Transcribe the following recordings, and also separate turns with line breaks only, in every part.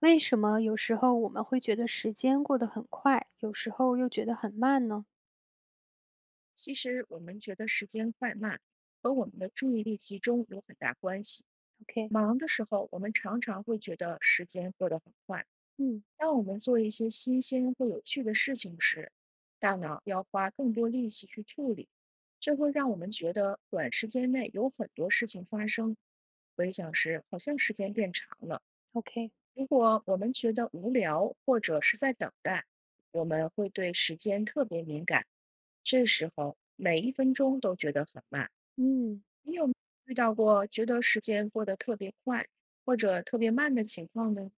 为什么有时候我们会觉得时间过得很快，有时候又觉得很慢呢
其实我们觉得时间快慢和我们的注意力集中有很大关系。
？OK。
忙的时候，我们常常会觉得时间过得很快。
嗯
当我们做一些新鲜或有趣的事情时，大脑要花更多力气去处理，这会让我们觉得短时间内有很多事情发生。回想时，好像时间变长了。
，OK。
如果我们觉得无聊或者是在等待，我们会对时间特别敏感，这时候每一分钟都觉得很慢。
嗯。
你有没有遇到过觉得时间过得特别快或者特别慢的情况呢？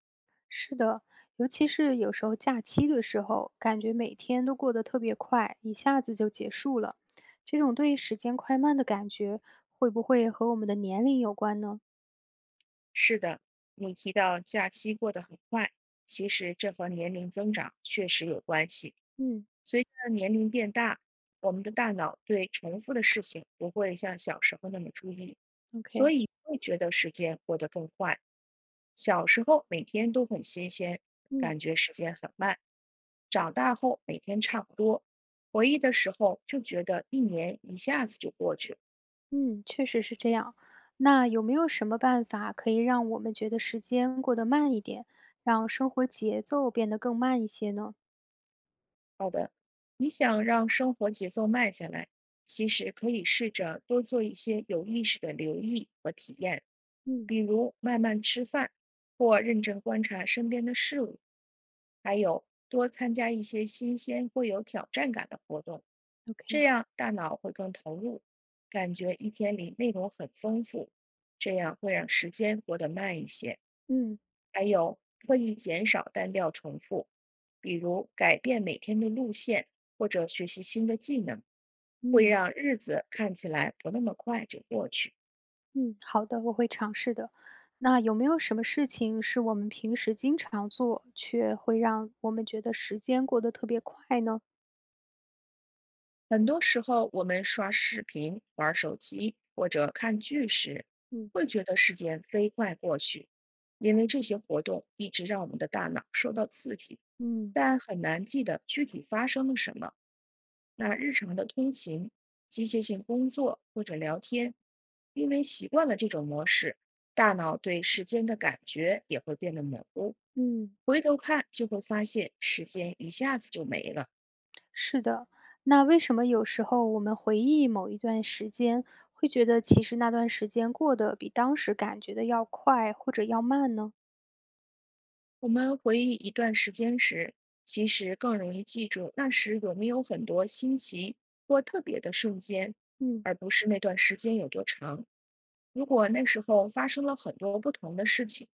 是的，尤其是有时候假期的时候，感觉每天都过得特别快，一下子就结束了。这种对时间快慢的感觉，会不会和我们的年龄有关呢？
是的，你提到假期过得很快，其实这和年龄增长确实有关系。
嗯
随着年龄变大，我们的大脑对重复的事情不会像小时候那么注意，所
，OK。
以会觉得时间过得更快。小时候每天都很新鲜，
嗯
感觉时间很慢；长大后每天差不多，回忆的时候就觉得一年一下子就过去了。
嗯，确实是这样。那有没有什么办法可以让我们觉得时间过得慢一点，让生活节奏变得更慢一些呢？
好的，你想让生活节奏慢下来，其实可以试着多做一些有意识的留意和体验，
嗯
比如慢慢吃饭，或认真观察身边的事物，还有多参加一些新鲜或有挑战感的活动，这
，OK。
样大脑会更投入，感觉一天里内容很丰富，这样会让时间过得慢一些。
嗯
还有刻意减少单调重复，比如改变每天的路线或者学习新的技能，会
嗯
让日子看起来不那么快就过去。
嗯，好的，我会尝试的。那有没有什么事情是我们平时经常做，却会让我们觉得时间过得特别快呢？
很多时候，我们刷视频、玩手机或者看剧时，
嗯
会觉得时间飞快过去，因为这些活动一直让我们的大脑受到刺激，
嗯
但很难记得具体发生了什么。那日常的通勤、机械性工作或者聊天，因为习惯了这种模式，大脑对时间的感觉也会变得模糊。
嗯，
回头看就会发现时间一下子就没了。
是的。那为什么有时候我们回忆某一段时间，会觉得其实那段时间过得比当时感觉的要快或者要慢呢？
我们回忆一段时间时，其实更容易记住那时有没有很多新奇或特别的瞬间，
嗯
而不是那段时间有多长。如果那时候发生了很多不同的事情，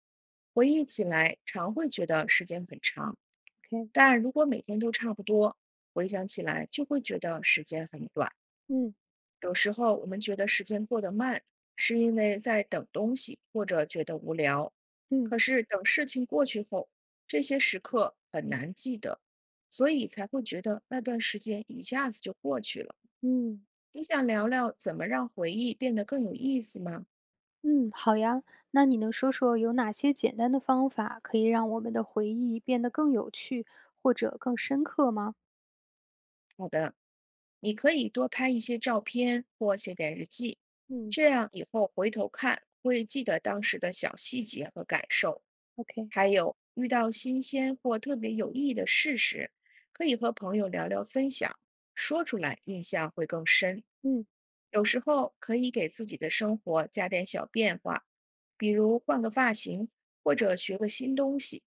回忆起来常会觉得时间很长。
，OK。
但如果每天都差不多，回想起来就会觉得时间很短。
嗯
有时候我们觉得时间过得慢，是因为在等东西或者觉得无聊。
嗯
可是等事情过去后，这些时刻很难记得，所以才会觉得那段时间一下子就过去了。
嗯。
你想聊聊怎么让回忆变得更有意思吗？
嗯，好呀。那你能说说有哪些简单的方法可以让我们的回忆变得更有趣或者更深刻吗？
好的。你可以多拍一些照片或写点日记，
嗯
这样以后回头看会记得当时的小细节和感受。
，OK。
还有遇到新鲜或特别有意义的事时，可以和朋友聊聊分享，说出来印象会更深。
嗯
有时候可以给自己的生活加点小变化，比如换个发型或者学个新东西，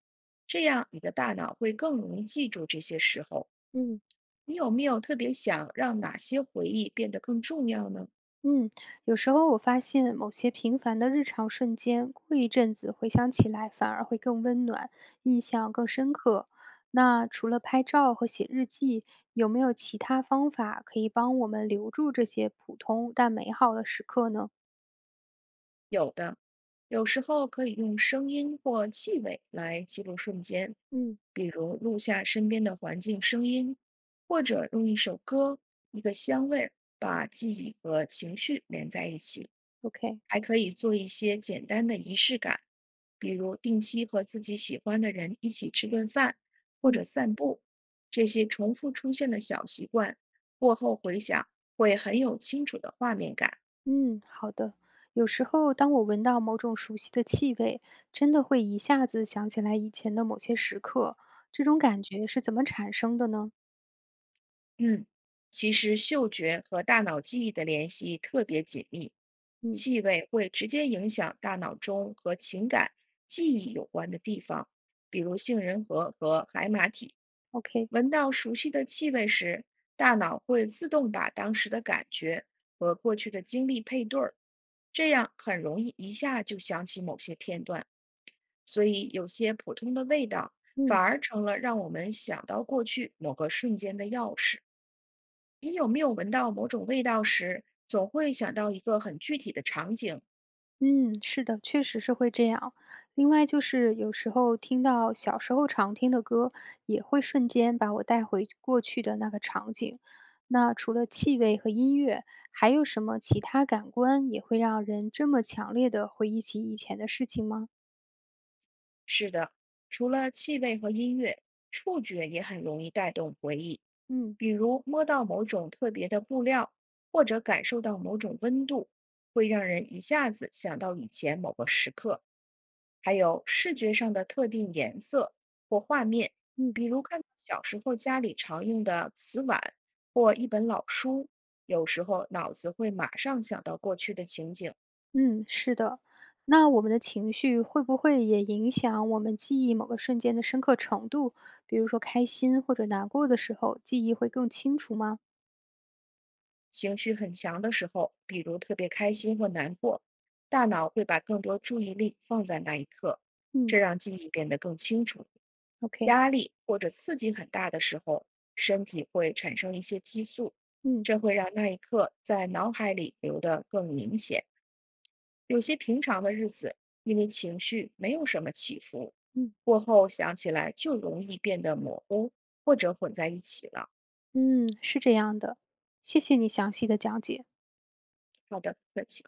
这样你的大脑会更容易记住这些时候。
嗯
你有没有特别想让哪些回忆变得更重要呢？
嗯，有时候我发现某些平凡的日常瞬间，过一阵子回想起来反而会更温暖，印象更深刻。那除了拍照和写日记，有没有其他方法可以帮我们留住这些普通但美好的时刻呢？
有的，有时候可以用声音或气味来记录瞬间，
嗯
比如录下身边的环境声音，或者用一首歌、一个香味儿把记忆和情绪连在一起。
？OK。
还可以做一些简单的仪式感，比如定期和自己喜欢的人一起吃顿饭或者
嗯。
散步。这些重复出现的小习惯，过后回想会很有清楚的画面感。
嗯，好的。有时候，当我闻到某种熟悉的气味，真的会一下子想起来以前的某些时刻。这种感觉是怎么产生的呢？
嗯，其实嗅觉和大脑记忆的联系特别紧密，
嗯
气味会直接影响大脑中和情感、记忆有关的地方，比如杏仁核和海马体。
，OK。
闻到熟悉的气味时，大脑会自动把当时的感觉和过去的经历配对儿，这样很容易一下就想起某些片段。所以，有些普通的味道反
嗯
而成了让我们想到过去某个瞬间的钥匙。你有没有闻到某种味道时，总会想到一个很具体的场景，
嗯，是的，确实是会这样。另外，就是有时候听到小时候常听的歌，也会瞬间把我带回过去的那个场景。那除了气味和音乐，还有什么其他感官也会让人这么强烈的回忆起以前的事情吗？
除了气味和音乐，触觉也很容易带动回忆，
嗯
比如摸到某种特别的布料，或者感受到某种温度，会让人一下子想到以前某个时刻。还有视觉上的特定颜色或画面，
嗯。
比如看到小时候家里常用的瓷碗或一本老书，有时候脑子会马上想到过去的情景。
嗯，是的。那我们的情绪会不会也影响我们记忆某个瞬间的深刻程度？比如说开心或者难过的时候，记忆会更清楚吗？
情绪很强的时候，比如特别开心或难过，大脑会把更多注意力放在那一刻，这
嗯
让记忆变得更清楚。
，OK。
压力或者刺激很大的时候，身体会产生一些激素，
嗯
这会让那一刻在脑海里留得更明显。有些平常的日子，因为情绪没有什么起伏，
嗯
过后想起来就容易变得模糊或者混在一起了。
嗯，是这样的。谢谢你详细的讲解。
好的，不客气。